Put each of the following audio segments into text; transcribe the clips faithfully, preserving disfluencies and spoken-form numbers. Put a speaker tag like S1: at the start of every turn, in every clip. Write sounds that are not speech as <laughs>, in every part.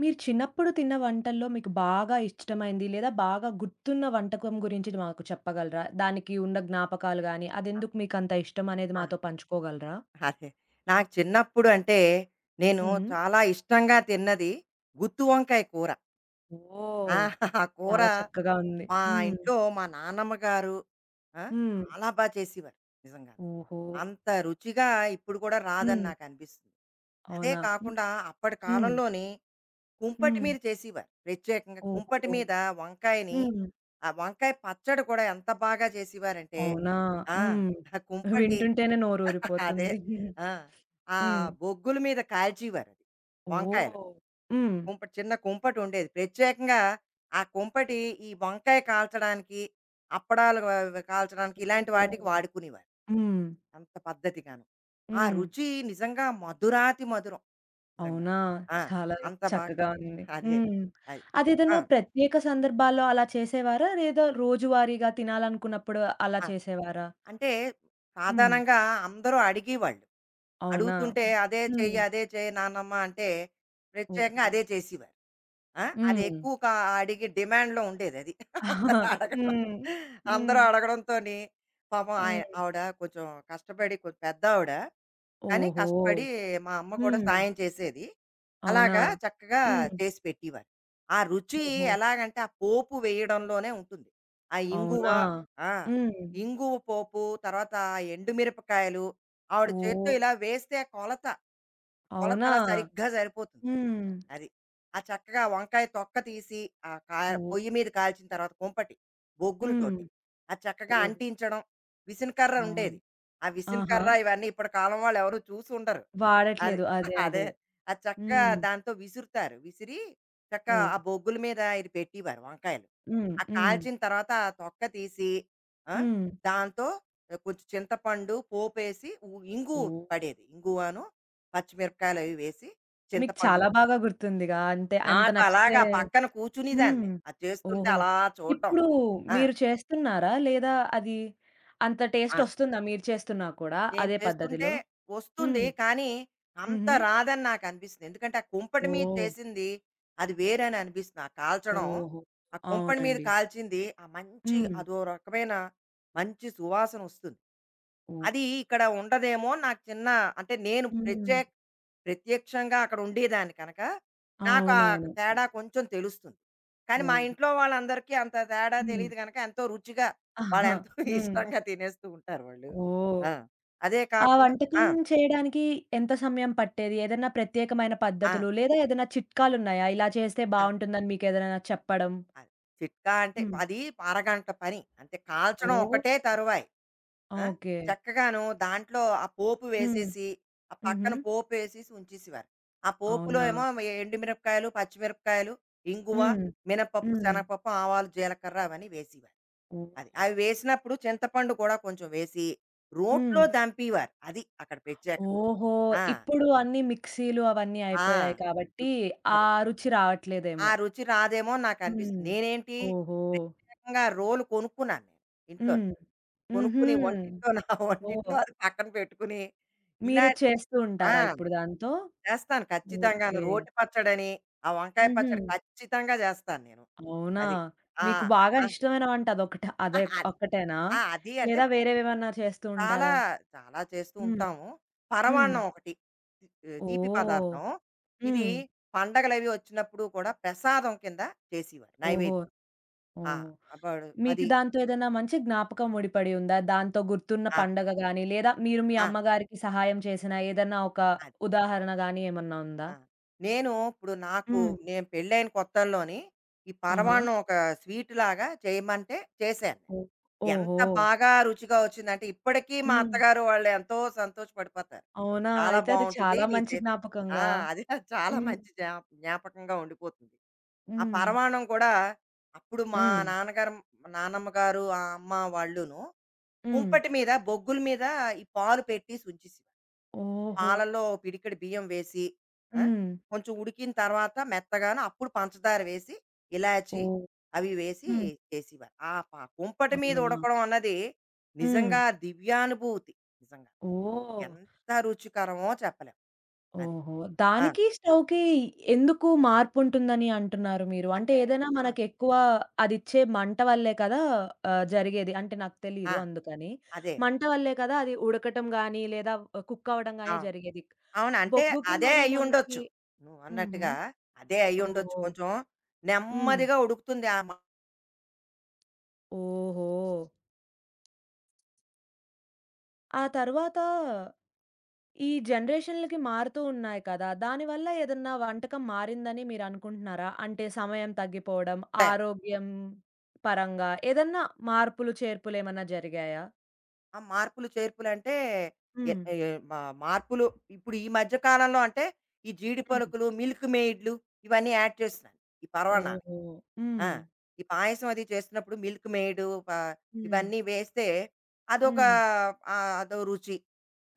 S1: మీరు చిన్నప్పుడు తిన్న వంటల్లో మీకు బాగా ఇష్టమైంది లేదా బాగా గుర్తున్న వంటకం గురించి మాకు చెప్పగలరా? దానికి ఉన్న జ్ఞాపకాలు గాని, అదెందుకు మీకంత ఇష్టం అనేది
S2: ఆ!
S1: మాతో పంచుకోగలరా?
S2: అదే. నాకు చిన్నప్పుడు అంటే, నేను
S1: హుహు.
S2: చాలా ఇష్టంగా తిన్నది గుత్తి వంకాయ కూర. ఆ!
S1: ఓహ్!
S2: <laughs> ఆ కూర
S1: చాలా చక్కగా ఉంది.
S2: మా
S1: హ్మ్.
S2: ఇంట్లో మా నాన్నమ్మ గారు ఆ!
S1: హ్మ్.
S2: చాలా బా చేసేవారు నిజంగాను.
S1: ఓహో!
S2: అంత రుచిగా ఇప్పుడు కూడా రాదని
S1: హ్మ్.
S2: నాకనిపిస్తుంది. అదే
S1: అవునా? హ్మ్.
S2: కాకుండా అప్పటి
S1: హ్మ్.
S2: కాలంలోని కుంపటి
S1: హ్మ్.
S2: మీద చేసేవారు. ప్రత్యేకంగా కుంపటి
S1: ఓహో!
S2: మీద వంకాయని,
S1: హ్మ్.
S2: ఆ వంకాయ పచ్చడి కూడా ఎంత బాగా చేసేవారంటే!
S1: అవునా?
S2: ఆ!
S1: హ్మ్.
S2: <laughs> కుంపటి.
S1: వింటుంటేనే
S2: <laughs> అదే.
S1: నోరూరిపోతుంది. <laughs>
S2: ఆ! ఆ
S1: హ్మ్.
S2: బొగ్గుల మీద కాల్చేవారది, వంకాయలు.
S1: ఓహ్! హ్మ్.
S2: కుంపటి, చిన్న కుంపటుండేది ప్రత్యేకంగా. ఆ కుంపటి ఈ వంకాయ కాల్చడానికి, అప్పడాలు వ వ కాల్చడానికి ఇలాంటి
S1: ఓహో!
S2: వాటికి వాడుకునేవారు.
S1: హ్మ్.
S2: అంత పద్ధతిగాను. ఆ
S1: హ్మ్.
S2: రుచి నిజంగా మధురాతి మధురం. నిజంగా.
S1: అవునా!
S2: ఆ!
S1: చాలా హ్మ్.
S2: అంత బాగా.
S1: చక్కగా ఉంది.
S2: అదే.
S1: హ్మ్.
S2: అది. ఆ!
S1: అదేదైనా ప్రత్యేక సందర్భాల్లో అలా చేసేవారా? లేదా రోజువారీగా తినాలనుకున్నప్పుడు అలా
S2: ఆ!
S1: చేసేవారా?
S2: అంటే
S1: హ్మ్.
S2: సాధారణంగా అందరూ అడిగేవాళ్ళు.
S1: అవునా?
S2: అడుగుతుంటే, "అదే
S1: హ్మ్.
S2: చెయ్యి,
S1: హ్మ్.
S2: అదే చెయ్యి నానమ్మ" అంటే, ప్రత్యేకంగా
S1: ఓహో!
S2: అదే చేసేవారు. ఆ! అది
S1: హ్మ్.
S2: ఎక్కువ కా, అడిగి డిమాండ్‌లో ఉండేదది. అందరూ
S1: <laughs>
S2: <laughs> అడగడం,
S1: హ్మ్.
S2: అందరూ
S1: హ్మ్.
S2: అడగడంతోని పాపం ఆయ
S1: హ్మ్.
S2: ఆవిడ కొంచెం కష్టపడి, కొంచెం పెద్దావిడ. కానీ
S1: ఓహో!
S2: కష్టపడి, మా అమ్మ కూడా
S1: హ్మ్.
S2: సాయం చేసేది.
S1: అవునా?
S2: అలాగా చక్కగా
S1: హ్మ్.
S2: చేసి పెట్టేవారు. ఆ రుచి
S1: ఓహో!
S2: ఎలాగంటే ఆ పోపు వేయడంలోనే ఉంటుంది. ఆ ఇంగువ.
S1: అవునా?
S2: ఆ!
S1: హ్మ్.
S2: ఇంగువ పోపు, తర్వాత ఆ ఎండుమిరపకాయలు, ఆవిడ చేత్తో
S1: ఓహ్!
S2: ఇలా వేస్తే ఆ కొలత, కొలత
S1: అవునా?
S2: అలా సరిగ్గా సరిపోతుంది అది.
S1: హ్మ్.
S2: అది. ఆ చక్కగా వంకాయ తొక్క తీసి, ఆ కా,
S1: ఓహ్!
S2: పొయ్యి మీద కాల్చిన తర్వాత కుంపటి,
S1: హ్మ్.
S2: బొగ్గులతోటి అది చక్కగా
S1: ఓహ్!
S2: అంటించడం. విసనకర్ర
S1: అవును.
S2: ఉండేది. ఆ
S1: ఆహా!
S2: విసనకర్ర ఇవన్నీ ఇప్పటి కాలం వాళ్ళు ఎవరు చూసుండరు. అది.
S1: వాడట్లేదు.
S2: <laughs>
S1: అదే.
S2: అదే.
S1: అదే.
S2: అది చక్కగా
S1: హ్మ్.
S2: దాంతో విసురుతారు. విసిరి చక్కగా
S1: ఓహ్!
S2: ఆ బొగ్గుల మీద ఇది పెట్టేవారు వంకాయలు.
S1: హ్మ్.
S2: ఆ
S1: హ్మ్.
S2: కాల్చిన తర్వాత ఆ తొక్క తీసి ఆ!
S1: హ్మ్.
S2: దాంతో కొంచెం చింతపండు, పోపేసి ఉ, ఇంగు
S1: ఓహ్!
S2: పడేది. ఇంగువను, పచ్చిమిరపకాయలు అవి వేసి,
S1: మీకు
S2: చింతపండు.
S1: చాలా బాగా గుర్తుందిగా. అంటే అంత
S2: నాకు
S1: నచ్చితే
S2: అలాగా పక్కన కూర్చునేదాన్ని
S1: హ్మ్.
S2: నేను. అది చేస్తుంటే
S1: ఓహో!
S2: అలా చూడడం.
S1: ఇప్పుడు
S2: ఆ!
S1: మీరు చేస్తున్నారా? లేదా అది అంత టేస్ట్
S2: ఆ!
S1: ఒస్తుందా మీరు చేస్తున్నా కూడా
S2: నేను
S1: అదే
S2: చేస్తుంటే
S1: పద్ధతిలో?
S2: వస్తుంది.
S1: హ్మ్.
S2: కానీ అంత
S1: హుహు.
S2: రాదని నాకనిపిస్తుంది. ఎందుకంటే, ఆ కుంపటి మీద
S1: ఓహ్!
S2: చేసింది అది వేరని అనిపిస్తుంది. ఆ కాల్చడం,
S1: ఓహో!
S2: ఆ కుంపటి మీద
S1: అవునండి.
S2: కాల్చింది ఆ మంచి
S1: హ్మ్.
S2: అదో రకమైన మంచి సువాసనొస్తుంది.
S1: ఓహ్!
S2: అది ఇక్కడ ఉండదేమో. నాకు చిన్న, అంటే నేను
S1: హ్మ్.
S2: ప్రత్యేక, ప్రత్యక్షంగా అక్కడ ఉండేదాన్ని కనుక, నాకు ఆ
S1: అవునవును.
S2: తేడా కొంచెం తెలుస్తుంది. కానీ మా
S1: ఓహ్!
S2: ఇంట్లో వాళ్ళందరికీ అంత తేడా
S1: హ్మ్.
S2: తెలీదు గనక ఎంతో రుచిగా,
S1: ఆహా!
S2: వాళ్ళెంతో
S1: హ్మ్.
S2: <laughs> ఇష్టంగా తినేస్తూ ఉంటారు వాళ్ళు.
S1: ఓహ్!
S2: ఆ! అదే
S1: ఆ
S2: కాకుండా,
S1: వంటకం
S2: ఆ!
S1: చేయడానికి ఎంత సమయం పట్టేది? ఏదైనా ప్రత్యేకమైన
S2: ఆ!
S1: పద్ధతులు లేదా ఏదైనా చిట్కాలున్నాయా? ఇలా చేస్తే
S2: ఆ!
S1: బావుంటుందని మీకేదైనా చెప్పడం?
S2: అది. చిట్కా అంటే
S1: హ్మ్.
S2: అది అరగంట పని. అంతే, కాల్చడం
S1: ఓహ్!
S2: ఒకటే తరువాయి. ఆ?
S1: ఓకే.
S2: చక్కగాను దాంట్లో ఆ పోపు
S1: హ్మ్.
S2: వేసేసి, ఆ
S1: హుహు.
S2: పక్కన పోపు వేసేసి ఉంచేసేవారు. ఆ పోపులో
S1: అవునా?
S2: ఏమో ఎండుమిరపకాయలు, పచ్చిమిరపకాయలు, ఇంగువ,
S1: హ్మ్.
S2: మినపప్పు,
S1: హ్మ్.
S2: శనగపప్పు, ఆవాలు, జీలకర్ర అవన్నీ వేసేవారు.
S1: ఓహ్!
S2: అది అవి వేసినప్పుడు చింతపండు కూడా కొంచెం వేసి
S1: హ్మ్.
S2: రోట్లో దంపేవారు. అది అక్కడ ప్రత్యేక.
S1: ఓహో!
S2: ఆ,
S1: ఇప్పుడు అన్నీ మిక్సీలు అవన్నీ
S2: ఆ,
S1: అయిపోయాయి
S2: రు-
S1: కాబట్టి ఆ
S2: అదే
S1: రుచి
S2: ఆ
S1: రావట్లేదేమో.
S2: రుచి రాదేమో నాకు
S1: హ్మ్.
S2: అనిపిస్తుంది. నేనేంటి
S1: ఓహో!
S2: ప్రత్యేకంగా రోలు కొనుక్కున్నాను నేను ఇంట్లో.
S1: హ్మ్. హుహు.
S2: కొనుక్కుని వంటిట్లో, నా వంటిట్లో
S1: ఓహ్!
S2: అది పక్కన పెట్టుకుని ఇలా,
S1: మీరు చేస్తూ
S2: ఆ!
S1: ఉంటారా ఇప్పుడు దాంతో?
S2: చేస్తాను ఖచ్చితంగాను.
S1: ఓకే.
S2: రోటి పచ్చడని, ఆ వంకాయ
S1: హుహు.
S2: పచ్చడి ఖచ్చితంగా చేస్తాను నేను.
S1: అవునా?
S2: అది. ఆ!
S1: మీకు బాగా
S2: ఆ!
S1: ఇష్టమైన వంట అదొకట అదే
S2: <laughs> అద్,
S1: ఒక్కటేనా?
S2: ఆ! అది అంటే,
S1: లేదా వేరేవేమన్నా చేస్తూ
S2: చాలా,
S1: ఉంటారా?
S2: చాలా చేస్తూ
S1: హ్మ్.
S2: ఉంటాము.
S1: హ్మ్.
S2: పరమాన్నం ఒకటి. ఆహ్, తీపి
S1: ఓహ్!
S2: పదార్థం. ఇది
S1: హ్మ్.
S2: పండగలవి వచ్చినప్పుడు కూడా ప్రసాదం కింద చేసేవారు.
S1: ఓహో!
S2: నైవేద్యం. ఆ!
S1: ఓహ్!
S2: అప్పుడు
S1: మీకు
S2: అది.
S1: దాంతో ఏదైనా మంచి జ్ఞాపకం ముడిపడి ఉందా? దాంతో గుర్తున్న
S2: ఆ!
S1: పండగ గాని, లేదా మీరు మీ
S2: ఆ!
S1: అమ్మగారికి సహాయం చేసిన ఏదన్నా ఒక
S2: అది.
S1: ఉదాహరణ గాని ఏమన్నా ఉందా?
S2: ఆ! నేను ఇప్పుడు నాకు,
S1: హ్మ్.
S2: నేను పెళ్ళైన కొత్తల్లోని, ఈ
S1: ఆహా!
S2: పరమాన్నం ఒక స్వీటులాగా చేయమంటే చేశాను నేను.
S1: ఓహ్!
S2: ఎంత
S1: ఓహో!
S2: బాగా రుచిగా వచ్చిందంటే, ఇప్పటికీ మా
S1: హ్మ్.
S2: అత్తగారు వాళ్ళు ఎంతో సంతోషపడిపోతారు.
S1: అవునా?
S2: "చాలా
S1: అయితే అది
S2: బావుంటుంది
S1: చాలా
S2: నీ
S1: మంచి
S2: చేతి." ఆ!
S1: జ్ఞాపకంగా.
S2: అది <laughs> చాలా
S1: హ్మ్.
S2: మంచి జ్ఞా, జ్ఞాపకంగా ఉండిపోతుంది. ఆ
S1: హ్మ్.
S2: పరమాన్నం కూడా, అప్పుడు మా
S1: హ్మ్.
S2: నాన్నగారు, నాన్నమ్మ గారు, ఆ అమ్మ వాళ్ళును
S1: హ్మ్.
S2: కుంపటి మీద, బొగ్గుల మీద ఈ పాలు పెట్టేసి ఉంచేసేవారు.
S1: ఓహో!
S2: పాలల్లో ఓ పిడికెడు బియ్యం వేసి, ఆ!
S1: హ్మ్.
S2: కొంచెం ఉడికిన తర్వాత మెత్తగాను అప్పుడు పంచదార వేసి, ఇలాచీ
S1: ఓహ్!
S2: అవి వేసి
S1: హ్మ్.
S2: చేసేవారు. ఆ ప, కుంపటి మీద
S1: అవునా?
S2: ఉడకడం అన్నది
S1: హ్మ్.
S2: నిజంగా దివ్యానుభూతి. నిజంగా.
S1: ఓహ్!
S2: ఎంత రుచికరమో చెప్పలేం. అది.
S1: ఓహో!
S2: ఆ!
S1: దానికి స్టవ్‌కి ఎందుకు మార్పుంటుందని అంటున్నారు మీరు? అంటే
S2: అంటే
S1: ఏదైనా
S2: ఆ!
S1: మనకెక్కువ అదిచ్చే మంట వల్లే కదా! ఆహ్, జరిగేది. అంటే నాకు తెలీదు
S2: ఆ!
S1: అందుకని.
S2: అదే.
S1: మంట వల్లే కదా! అది ఉడకటం గానీ, లేదా కుక్ అవ్వడం గానీ
S2: అవును.
S1: జరిగేది.
S2: అవును. అంటే
S1: బొగ్గుకి
S2: అదే
S1: మరియు మనకి
S2: అయ్యుండొచ్చు.
S1: హుహు.
S2: నువ్వన్నట్టుగా అదే అయ్యుండొచ్చు.
S1: ఓహో!
S2: కొంచెం
S1: హ్మ్.
S2: నెమ్మదిగా ఉడుకుతుంది ఆ మంట
S1: ఓహో! ఆ తర్వాత ఈ జనరేషన్‌లకి మారుతూ ఉన్నాయి కదా! దానివల్ల ఏదన్నా వంటకం మారిందని మీరనుకుంటున్నారా? అంటే సమయం తగ్గిపోవడం,
S2: అక్కడ.
S1: ఆరోగ్యం పరంగా ఏదన్నా మార్పులు, చేర్పులేమన్నా జరిగాయా?
S2: ఆ మార్పులు చేర్పులంటే, ఎ
S1: హ్మ్.
S2: ఎ మా మార్పులు, ఇప్పుడు ఈ మధ్య కాలంలో అంటే, ఈ జీడి
S1: హ్మ్.
S2: పలుకులు, మిల్క్ మెయిడ్‌లు ఇవన్నీ యాడ్ చేస్తున్నాను, ఈ పరవాన్నాన్ని.
S1: ఓహో!
S2: ఆ!
S1: హ్మ్.
S2: ఈ పాయసం అది చేస్తున్నప్పుడు మిల్క్ మెయిడు ప,
S1: హ్మ్.
S2: ఇవన్నీ వేస్తే అదొక,
S1: హ్మ్.
S2: ఆహ్, అదో రుచి.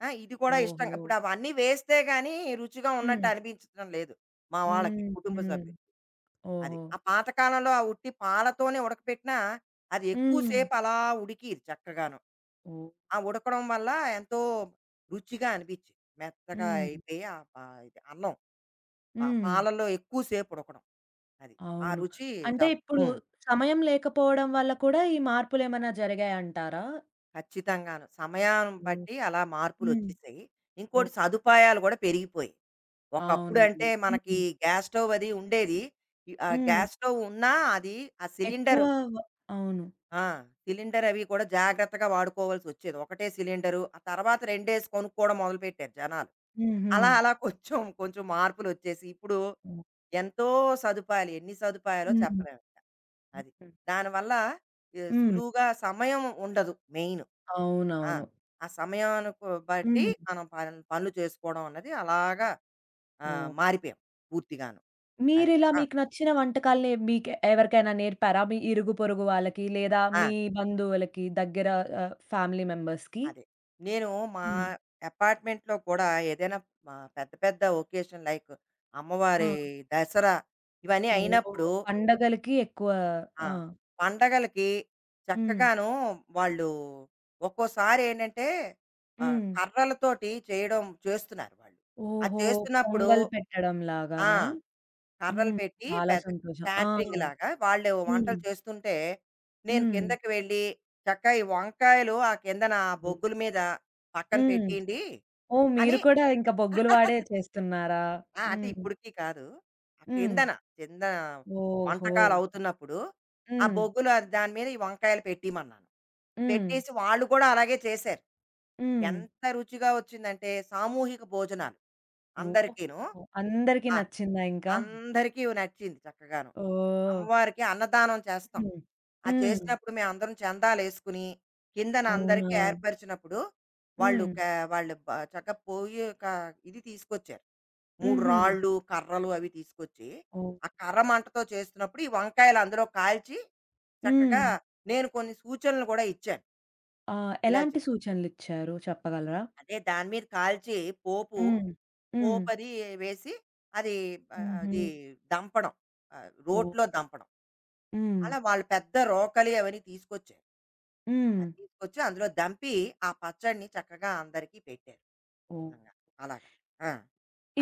S2: ఆ! ఇది కూడా ఇష్టం.
S1: ఓహో!
S2: ఇప్పుడు అవన్నీ వేస్తే గాని రుచిగా
S1: హ్మ్.
S2: ఉన్నట్టు అనిపించడం లేదు మా వాళ్ళకి,
S1: హ్మ్.
S2: కుటుంబ
S1: హ్మ్.
S2: సభ్యులు. అది.
S1: ఓహో!
S2: ఆ పాతకాలంలో ఆ ఉట్టి పాలతోనే ఉడకపెట్టినా అది ఎక్కువ
S1: హ్మ్.
S2: సేపు అలా ఉడికిది చక్కగాను.
S1: ఓహ్!
S2: ఆ ఉడకడం వల్ల ఎంతో రుచిగా అనిపించింది. మెత్తగా
S1: హ్మ్.
S2: అయిపోయి ఆ ప, ఇది అన్నం ప,
S1: హ్మ్.
S2: పాలలో ఎక్కువ సేపు ఉడకడం. అది. ఆ
S1: అవును.
S2: రుచి
S1: అంటే
S2: చాలా.
S1: ఇప్పుడు
S2: హ్మ్.
S1: సమయం లేకపోవడం వల్ల కూడా ఈ మార్పులేమన్నా జరిగాయంటారా?
S2: ఖచ్చితంగాను. సమయాన్ని
S1: హ్మ్.
S2: బట్టి అలా
S1: హ్మ్.
S2: మార్పులొచ్చేసాయి. ఇంకోటి సదుపాయాలు గూడా పెరిగిపోయాయి.
S1: అవునండి.
S2: ఒకప్పుడంటే మనకి
S1: హ్మ్.
S2: గ్యాస్ స్టవ్ అది ఉండేది. ఈ ఆ
S1: హ్మ్.
S2: గ్యాస్ స్టవ్ ఉన్నా అది ఆ
S1: ఎక్కువ
S2: సిలిండర్,
S1: వ అవును.
S2: ఆ! సిలిండర్ అవి కూడా జాగ్రత్తగా వాడుకోవాల్సొచ్చేది. ఒకటే సిలిండరు. ఆ తర్వాత రెండేసి కొనుక్కోవడం మొదలుపెట్టారు జనాలు.
S1: హుహు.
S2: అలా అలా కొంచెం కొంచెం మార్పులొచ్చేసి ఇప్పుడు
S1: హ్మ్.
S2: ఎంతో సదుపాయాలు. ఎన్ని సదుపాయాలో
S1: హ్మ్.
S2: చెప్పలేం ఇంక. అది.
S1: హ్మ్.
S2: దానివల్ల ఎ,
S1: హ్మ్.
S2: సులువుగా సమయం ఉండదు మెయిన్. ఆ!
S1: అవునవును.
S2: ఆ సమయానికి బట్టి
S1: హ్మ్.
S2: మనం పనులు పనులు చేసుకోవడం అన్నది అలాగా ఆహ్,
S1: ఓహ్!
S2: మారిపోయాం పూర్తిగాను. అది.
S1: మీరిలా
S2: ఆ!
S1: మీకు నచ్చిన వంటకాల్ని మీకు ఎవరికైనా నేర్పారా? మీ ఇరుగు పొరుగు వాళ్ళకి లేదా
S2: ఆ!
S1: మీ బంధువులకి దగ్గర ఆహ్, ఫ్యామిలీ మెంబర్స్‌కి?
S2: అదే. నేను మా
S1: హ్మ్.
S2: అపార్ట్మెంట్‌లో కూడా ఏదైనా ఆహ్, పెద్ద పెద్ద ఒకేషన్ లైక్,
S1: ఆ!
S2: అమ్మవారి దసరా ఇవన్నీ
S1: ఓహ్!
S2: అయినప్పుడు
S1: పండగలకి ఎక్కువ
S2: ఆ!
S1: ఆ!
S2: పండగలకి
S1: హ్మ్.
S2: చక్కగాను వాళ్ళు ఒక్కోసారి ఏంటంటే, ఆహ్,
S1: హ్మ్.
S2: కర్రలతోటి చేయడం చేస్తున్నారు వాళ్ళు. ఆ
S1: ఓహో!
S2: చేస్తున్నప్పుడు
S1: పొంగల్ పెట్టడం
S2: ఆ!
S1: లాగానా?
S2: కర్రలు
S1: హ్మ్.
S2: పెట్టి
S1: చాలా
S2: పెద్ద
S1: సంతోషం. ఆ!
S2: క్యాటరింగ్‌లాగా వాళ్ళు
S1: హ్మ్.
S2: వంటలు చేస్తుంటే, నేను
S1: హ్మ్.
S2: కిందకి వెళ్ళి, "చక్కగా ఈ వంకాయలు ఆ కిందన ఆ బొగ్గుల మీద పక్కన
S1: హ్మ్.
S2: పెట్టియండి"
S1: ఓహ్!
S2: అని.
S1: మీరు కూడా ఇంక బొగ్గులు వాడే
S2: <laughs>
S1: చేస్తున్నారా?
S2: ఆ! అంటే
S1: హ్మ్.
S2: ఇప్పటికి కాదు. ఆ
S1: హ్మ్.
S2: కిందన కింద
S1: ఓహో!
S2: వంటకాలవుతున్నప్పుడు ఆ
S1: హ్మ్.
S2: బొగ్గులు అది దాని మీద ఈ వంకాయలు పెట్టిమన్నాను.
S1: హ్మ్.
S2: పెట్టేసి వాళ్ళు కూడా అలాగే చేశారు.
S1: హ్మ్.
S2: ఎంత రుచిగా వచ్చిందంటే సామూహిక భోజనాలు,
S1: ఓహో!
S2: అందరికీను.
S1: అందరికి
S2: ఆ!
S1: నచ్చిందా ఇంకా?
S2: అందరికీ నచ్చింది చక్కగాను.
S1: ఓహ్!
S2: అమ్మవారికి అన్నదానం చేస్తాం.
S1: హ్మ్.
S2: ఆ
S1: హ్మ్.
S2: చేసినప్పుడు మేమందరం చందాలేసుకుని, కిందన
S1: అవునా?
S2: అందరికీ ఏర్పరిచినప్పుడు వాళ్ళు
S1: హ్మ్.
S2: క, వాళ్ళు బ, చక్క పోయి ఒక ఇది తీసుకొచ్చారు. మూడు
S1: హుహు.
S2: రాళ్ళు, కర్రలు అవి తీసుకొచ్చి,
S1: ఓహ్!
S2: ఆ కర్ర మంటతో చేస్తున్నప్పుడు ఈ వంకాయలు అందులో కాల్చి
S1: హ్మ్.
S2: చక్కగా, నేను కొన్ని సూచనలు కూడా ఇచ్చాను.
S1: ఆ!
S2: ఇలా చే,
S1: ఎలాంటి సూచనలిచ్చారు చెప్పగలరా?
S2: అదే దాని మీద కాల్చి పోపు,
S1: హ్మ్. హ్మ్.
S2: పోపది వేసి, అది ఆహ్,
S1: హుహు.
S2: అది దంపడం. ఆహ్,
S1: ఓహ్!
S2: రోట్లో దంపడం.
S1: హ్మ్.
S2: అలా వాళ్ళు పెద్ద రోకలి అవన్నీ తీసుకొచ్చారు.
S1: హ్మ్.
S2: అది తీసుకొచ్చి అందులో దంపి ఆ పచ్చడిని చక్కగా అందరికీ పెట్టారు.
S1: ఓహ్!
S2: నిజంగా. అలాగా. ఆ!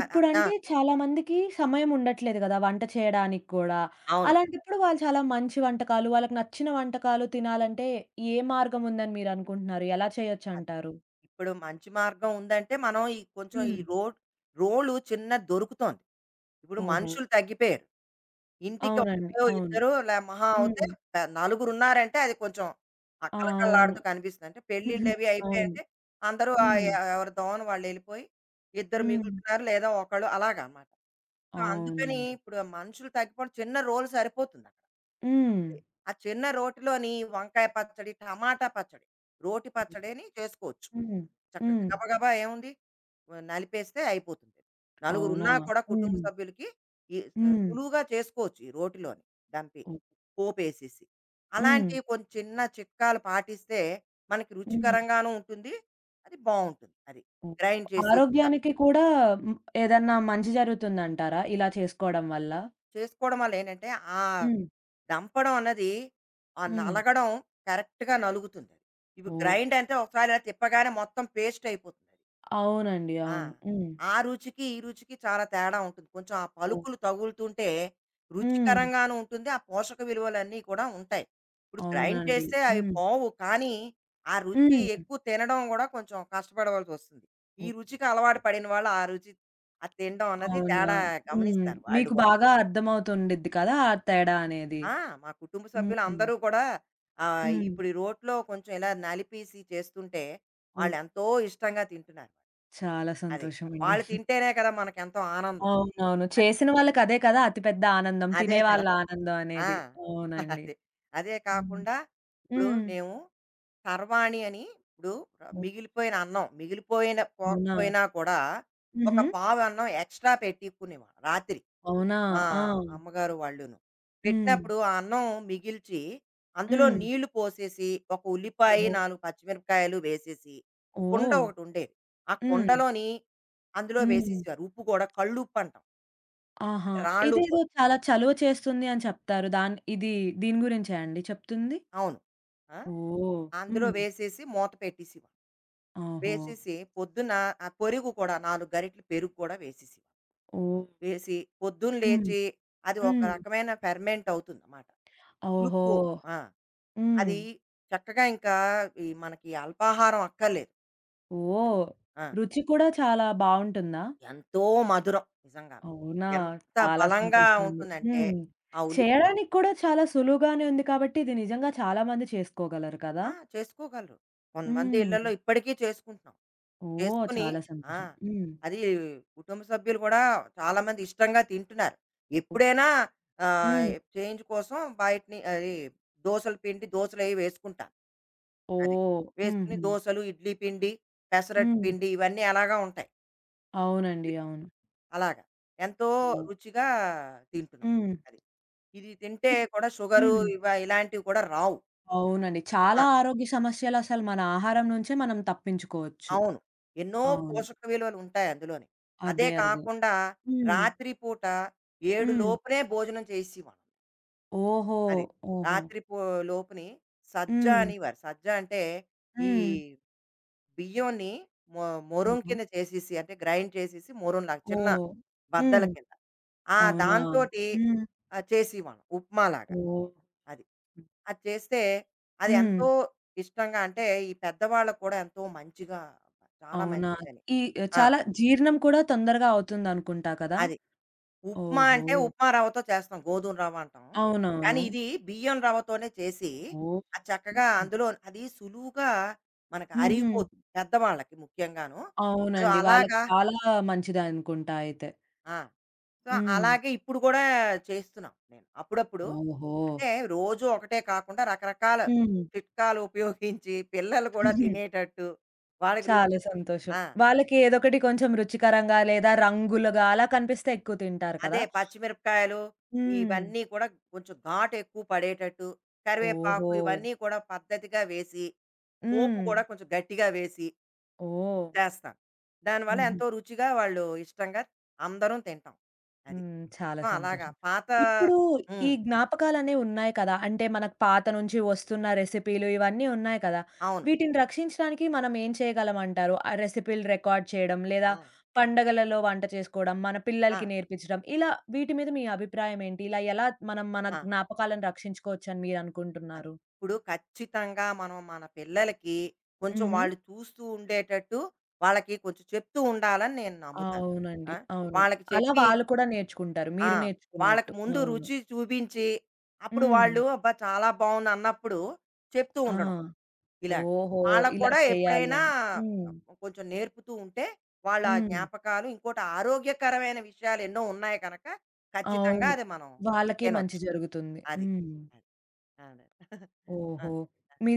S2: అ అ ఆ!
S1: ఇప్పుడంటే చాలామందికి సమయం ఉండట్లేదు గదా! వంట చేయడానికి గూడా.
S2: అవును.
S1: అలాంటప్పుడు వాళ్ళు చాలా మంచి వంటకాలు, వాళ్ళకి నచ్చిన వంటకాలు తినాలంటే ఏ మార్గం ఉందని మీరనుకుంటున్నారు? ఎలా
S2: అదే.
S1: చేయొచ్చంటారు?
S2: ఇప్పుడు మంచి మార్గం ఉందంటే మనం ఈ కొంచెం
S1: హ్మ్.
S2: ఈ రోడ్, రోలు చిన్నది దొరుకుతోంది. ఇప్పుడు
S1: ఓహో!
S2: మనుషులు తగ్గిపోయారు. ఇంటికి
S1: అవునండి.
S2: ఒకరో,
S1: అవును.
S2: ఇద్దరో, లే మహా అవుతే
S1: హ్మ్.
S2: ప, నలుగురున్నారంటే అది కొంచెం ఆ!
S1: ఆ! అవును.
S2: కళకళలాడుతూ కనిపిస్తుంది. అంటే
S1: <laughs>
S2: పెళ్ళిళ్ళవి
S1: అవును.
S2: అయిపోయాయంటే అందరూ ఆహ్,
S1: హ్మ్.
S2: ఎ, ఎవరి దోవన వాళ్ళెళ్ళిపోయి, ఇద్దరు
S1: హ్మ్.
S2: మిగులుతున్నారు లేదా ఒకళ్ళు, అలాగనమాట. సో, అందుకని
S1: అవునండి.
S2: ఇప్పుడు మనుషులు తగ్గిపోవడం చిన్న రోలు సరిపోతుందక్కడ.
S1: హ్మ్.
S2: అది. ఆ చిన్న రోటిలోని వంకాయ పచ్చడి, టమాటా పచ్చడి, రోటి పచ్చడి అని చేసుకోవచ్చు.
S1: హ్మ్.
S2: చక్కగా
S1: హ్మ్.
S2: గబగబా ఏముంది, వ-, నలిపేస్తే అయిపోతుంది. నలుగురు
S1: అవునా!
S2: ఉన్నా కూడా కుటుంబ
S1: హ్మ్.
S2: సభ్యులకి ఈ ఆ,
S1: హ్మ్.
S2: సులువుగా చేసుకోవచ్చు ఈ రోటిలోని, దంపి
S1: ఓహ్!
S2: పోపేసేసి.
S1: హ్మ్.
S2: అలాంటి కొన్ని చిన్న చిట్కాలు పాటిస్తే మనకి
S1: హ్మ్.
S2: రుచికరంగానూ ఉంటుంది, అది బాగుంటుంది అది,
S1: హ్మ్.
S2: గ్రైండ్ చేసేయకుండా
S1: ఆరోగ్యానికి కూడా హ్మ్, ఏదన్నా మంచి జరుగుతుందంటారా ఇలా చేసుకోవడం వల్ల?
S2: చేసుకోవడం వల్ల ఏంటంటే, ఆ
S1: హ్మ్.
S2: దంపడం అన్నది, ఆ
S1: హ్మ్.
S2: నలగడం కరెక్ట్గా నలుగుతుంది అది. ఇప్పుడు
S1: ఓహ్!
S2: గ్రైండ్ అంటే ఒకసారి ఇలా తిప్పగానే మొత్తం పేస్ట్ అయిపోతుంది.
S1: అవునండి.
S2: ఆ!
S1: అవును. హ్మ్.
S2: ఆ రుచికి, ఈ రుచికి చాలా తేడా ఉంటుంది. కొంచెం ఆ
S1: ఓహ్!
S2: పలుకులు తగులుతుంటే
S1: హ్మ్.
S2: రుచికరంగాను ఉంటుంది. ఆ పోషక విలువలన్నీ కూడా ఉంటాయి. ఇప్పుడు గ్రైండ్
S1: అవునండి.
S2: చేస్తే అవి
S1: హ్మ్.
S2: పోవు. కానీ ఆ రుచి
S1: హ్మ్.
S2: ఎక్కువ, తినడం కూడా కొంచెం కష్టపడవలసొస్తుంది. ఈ
S1: ఓహ్!
S2: రుచికి అలవాటు పడిన వాళ్ళు ఆ రుచి, అది తినడం అన్నది
S1: అవునా?
S2: తేడా
S1: హ్మ్.
S2: గమనిస్తారు వాళ్ళు
S1: మీకు
S2: కూడా.
S1: బాగా అర్థమవుతుండిద్ది కదా! ఆ తేడా అనేది.
S2: ఆ! మా కుటుంబ సభ్యులు
S1: హ్మ్.
S2: అందరూ కూడా ఆహ్,
S1: హ్మ్.
S2: ఇప్పుడు ఈ రోట్లో కొంచెం ఇలా నలిపేసి చేస్తుంటే,
S1: ఓహ్!
S2: వాళ్ళెంతో ఇష్టంగా తింటున్నారు.
S1: చాలా
S2: అది.
S1: సంతోషమండి.
S2: వాళ్ళు తింటేనే కదా మనకెంతో ఆనందం.
S1: అవునవును.
S2: అది.
S1: చేసిన వాళ్ళకి అదే కదా! అతి పెద్ద ఆనందం.
S2: అదే కదా!
S1: తినేవాళ్ళ ఆనందం
S2: ఆ!
S1: అనేది.
S2: <laughs>
S1: అవునండి.
S2: అదే. అదే
S1: హ్మ్.
S2: కాకుండా, ఇప్పుడు
S1: హ్మ్.
S2: మేము సర్వాణి అని, ఇప్పుడు
S1: ఓహ్!
S2: మిగిలిపోయిన అన్నం, మిగిలిపోయిన
S1: అవునా?
S2: పోకపోయినా కూడా ఒక
S1: హుహు.
S2: పావు అన్నం ఎక్స్‌ట్రా పెట్టుకునేవాళ్ళం రాత్రి,
S1: అవునా?
S2: మా
S1: ఆ!
S2: అమ్మగారు వాళ్ళును.
S1: హ్మ్.
S2: పెట్టినప్పుడు ఆ అన్నం మిగిల్చి, అందులో
S1: హ్మ్.
S2: నీళ్లు పోసేసి, ఒక ఉల్లిపాయి,
S1: ఓహో!
S2: నాలుగు పచ్చిమిరపకాయలు వేసేసి, కుండ
S1: ఓహ్!
S2: ఒకటుండేది, ఆ
S1: హ్మ్.
S2: కుండలోని అందులో
S1: హ్మ్.
S2: వేసేసేవారు. ఉప్పు కూడా కళ్ళుప్పంటాం,
S1: ఆహా!
S2: అంటే
S1: ఇదేదో
S2: రాళ్ళుప్పు.
S1: చాలా చలువ చేస్తుంది అని చెప్తారు. దాన్ ఇది దీని గురించా అండి చెప్తుంది?
S2: అవును. ఆ!
S1: ఓహ్!
S2: అందులో
S1: హ్మ్.
S2: వేసేసి మూత పెట్టేసేవారు.
S1: ఓహో!
S2: వేసేసి పొద్దున ఆ పెరుగు కూడా నాలుగు గరిటెలు పెరుగు కూడా వేసేసేవారు.
S1: ఓహ్!
S2: వేసి పొద్దున
S1: హ్మ్.
S2: లేచి, అది ఒక
S1: హ్మ్.
S2: రకమైన ఫెర్మెంట్ అవుతుందన్నమాట,
S1: ఓహో!
S2: పులుపు. ఆ!
S1: హ్మ్.
S2: అది చక్కగా ఇంకా, ఈ మనకి అల్పాహారం అక్కర్లేదు. అది.
S1: ఓహ్!
S2: ఆ!
S1: రుచి కూడా చాలా బావుంటుందా?
S2: ఎంతో మధురం నిజంగా.
S1: అవునా?
S2: ఎంత
S1: చాలా
S2: బలంగా
S1: సంతోషమండి.
S2: ఉంటుందంటే
S1: హ్మ్.
S2: ఆ ఉల్లి.
S1: చేయడానికి కూడా చాలా సులువుగానే ఉంది కాబట్టి ఇది నిజంగా చాలా మంది చేసుకోగలరు కదా!
S2: ఆ! చేసుకోగలరు. కొంతమంది
S1: హ్మ్.
S2: ఇళ్లలో ఇప్పటికీ చేసుకుంటున్నాం.
S1: ఓహ్!
S2: చేసుకొని
S1: చాలా
S2: ఆ!
S1: సంతోషం. హ్మ్.
S2: అది, కుటుంబ సభ్యులు కూడా చాలామంది ఇష్టంగా తింటున్నారు.
S1: హ్మ్.
S2: ఎప్పుడైనా ఆహ్,
S1: హ్మ్.
S2: చేంజ్ కోసం బయటని అది, దోసల పిండి దోసలయి వేసుకుంటాను. అది.
S1: ఓహ్!
S2: వేసుకొని
S1: హుహు.
S2: దోసలు, ఇడ్లీ పిండి, పెసరట్టు
S1: హ్మ్.
S2: పిండి ఇవన్నీ అలాగా ఉంటాయి.
S1: అవునండి. అవును.
S2: అలాగా. ఎంతో
S1: ఓహ్!
S2: రుచిగా తింటున్నాం.
S1: హ్మ్.
S2: అది. ఇది తింటే
S1: ఇప్
S2: కూడా షుగరు
S1: హ్మ్.
S2: ఇవ, ఇలాంటివి కూడా రావు.
S1: అవునండి. చాలా
S2: ఆ!
S1: ఆరోగ్య సమస్యలసలు మన ఆహారం నుంచే మనం తప్పించుకోవచ్చు.
S2: అవును. ఎన్నో
S1: అవును.
S2: పోషక విలువలు ఉంటాయి అందులోని. అదే
S1: అదే. అదే.
S2: కాకుండా
S1: హ్మ్.
S2: రాత్రి పూట ఏడు
S1: హ్మ్.
S2: లోపునే భోజనం చేసేవాళ్ళం.
S1: ఓహో!
S2: అది.
S1: ఓహో!
S2: రాత్రి పో, లోపుని సజ్జ
S1: హ్మ్.
S2: అనేవారు. సజ్జ అంటే ఈ
S1: హ్మ్.
S2: బియ్యంని మొ, మొరుం
S1: హుహు.
S2: కింద చేసేసి, అంటే గ్రైండ్ చేసేసి మొరుంలాగా చిన్న
S1: ఓహ్!
S2: బద్దల
S1: హ్మ్.
S2: కింద. ఆ!
S1: అవునా?
S2: దాంతోటి
S1: హ్మ్.
S2: ఆహ్, చేసేవాళ్ళం ఉప్మాలాగా.
S1: ఓహ్!
S2: అది. అది చేస్తే అది
S1: హ్మ్.
S2: ఎంతో ఇష్టంగా, అంటే ఈ పెద్దవాళ్ళకి కూడా ఎంతో మంచిగా, చాలా
S1: అవునా?
S2: మంచిదని.
S1: ఈ
S2: ఆ!
S1: చాలా జీర్ణం కూడా తొందరగా అవుతుందనుకుంటా కదా!
S2: అది. ఉప్మా
S1: ఓహో!
S2: అంటే ఉప్మా రవ్వతో చేస్తాం, గోధుమ రవ్వ అంటాం. కానీ
S1: అవునవును.
S2: ఇది బియ్యం రవ్వతోనే చేసి,
S1: ఓహ్!
S2: అది చక్కగా అందులో అది సులువుగా మనకు
S1: హుహు.
S2: అరిగిపోతుంది, పెద్దవాళ్ళకి ముఖ్యంగాను. సో,
S1: అవునండి. వాళ్ళకి
S2: అలాగా
S1: చాలా మంచిదనుకుంటా అయితే.
S2: ఆ! సో,
S1: హ్మ్.
S2: అలాగే ఇప్పుడు కూడా చేస్తున్నాం నేను. అప్పుడప్పుడు
S1: ఓహో!
S2: అంటే రోజు ఒకటే కాకుండా రకరకాల
S1: హ్మ్.
S2: చిట్కాలు ఉపయోగించి పిల్లలు కూడా తినేటట్టు వాళ్ళకి
S1: చాలా
S2: రుచి.
S1: సంతోషం.
S2: ఆ!
S1: వాళ్ళకి ఏదొకటి కొంచెం రుచికరంగా లేదా రంగులుగా అలా కనిపిస్తే ఎక్కువ తింటారు
S2: అదే
S1: కదా!
S2: పచ్చిమిరపకాయలు
S1: హ్మ్.
S2: ఇవన్నీ కూడా కొంచెం ఘాటు ఎక్కువ పడేటట్టు, కరివేపాకు
S1: ఓహో!
S2: ఇవన్నీ కూడా పద్ధతిగా వేసి, పోపు
S1: హ్మ్.
S2: కూడా కొంచెం గట్టిగా వేసి
S1: ఓహ్!
S2: చేస్తాను. దానివల్ల
S1: హుహు.
S2: ఎంతో రుచిగా, వాళ్ళు ఇష్టంగా అందరం తింటాం అది.
S1: హ్మ్. చాలా
S2: సో అలాగా
S1: సంతోషం.
S2: పాత,
S1: ఇప్పుడు ఈ
S2: ఉమ్,
S1: జ్ఞాపకాలనేవి ఉన్నాయి కదా! అంటే మనకు పాత నుంచి వస్తున్న రెసిపీలు ఇవన్నీ ఉన్నాయి కదా!
S2: అవును.
S1: వీటిని రక్షించడానికి మనం ఏం చేయగలమంటారు? ఆ రెసిపీలు రికార్డ్ చేయడం, లేదా
S2: ఆ,
S1: పండగలలో వంట చేసుకోవడం, మన
S2: ఆ,
S1: పిల్లలకి నేర్పించడం, ఇలా వీటి మీద మీ అభిప్రాయం ఏంటి? ఇలా ఎలా మనం మన
S2: ఆ,
S1: జ్ఞాపకాలను రక్షించుకోవచ్చని
S2: అది,
S1: మీరనుకుంటున్నారు?
S2: ఇప్పుడు ఖచ్చితంగా మనం మన పిల్లలకి కొంచెం
S1: హుహు.
S2: వాళ్ళు చూస్తూ ఉండేటట్టు, వాళ్ళకి కొంచెం చెప్తూ ఉండాలని నేను నమ్ముతాను.
S1: అవునండి.
S2: ఆ,
S1: అవును.
S2: వాళ్ళకి
S1: అలా
S2: చెప్పి,
S1: వాళ్ళు కూడా నేర్చుకుంటారు.
S2: ఆ!
S1: మీరు
S2: వాళ్ళకి
S1: నేర్చుకున్నట్టు.
S2: ముందు
S1: అవును.
S2: రుచి చూపించి, అప్పుడు
S1: హ్మ్.
S2: వాళ్ళు, "అబ్బా! చాలా బావుంది" అన్నప్పుడు చెప్తూ
S1: ఆ!
S2: ఉండడం ఇలాగ.
S1: ఓహో!
S2: వాళ్ళకి
S1: ఇలా
S2: కూడా
S1: చేయాలి
S2: ఎప్పుడైనా
S1: అని. హ్మ్.
S2: కొంచెం నేర్పుతూ ఉంటే, వాళ్ళ
S1: హ్మ్.
S2: జ్ఞాపకాలు ఇంకోటి, ఆరోగ్యకరమైన విషయాలు ఎన్నో ఉన్నాయి కనుక, ఖచ్చితంగా
S1: అవును.
S2: అది మనం
S1: వాళ్ళకి మంచి
S2: తినొచ్చు.
S1: జరుగుతుంది.
S2: అది.
S1: హ్మ్.
S2: అది. అదే. <laughs> ఆ!
S1: ఓహో!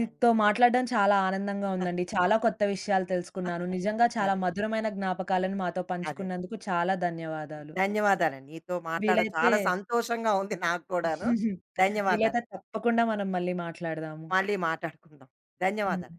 S2: ధన్య,
S1: మాట్లాడడం చాలా ఆనందంగా ఉందండి. చాలా కొత్త విషయాలు తెలుసుకున్నాను. నిజంగా చాలా
S2: అదే.
S1: మధురమైన జ్ఞాపకాలను మాతో
S2: అదే.
S1: పంచుకున్నందుకు చాలా ధన్యవాదాలు.
S2: ధన్యవాదాలండి. నీతో మాట్లాడడం
S1: వీలైతే
S2: చాలా సంతోషంగా ఉంది నాకు కూడాను.
S1: <laughs> వీలైతే
S2: ధన్యవాదాలండి.
S1: తప్పకుండా మనం మళ్ళీ మాట్లాడదాము.
S2: మళ్ళీ మాట్లాడుకుందాం.
S1: హ్మ్.
S2: ధన్యవాదాలు.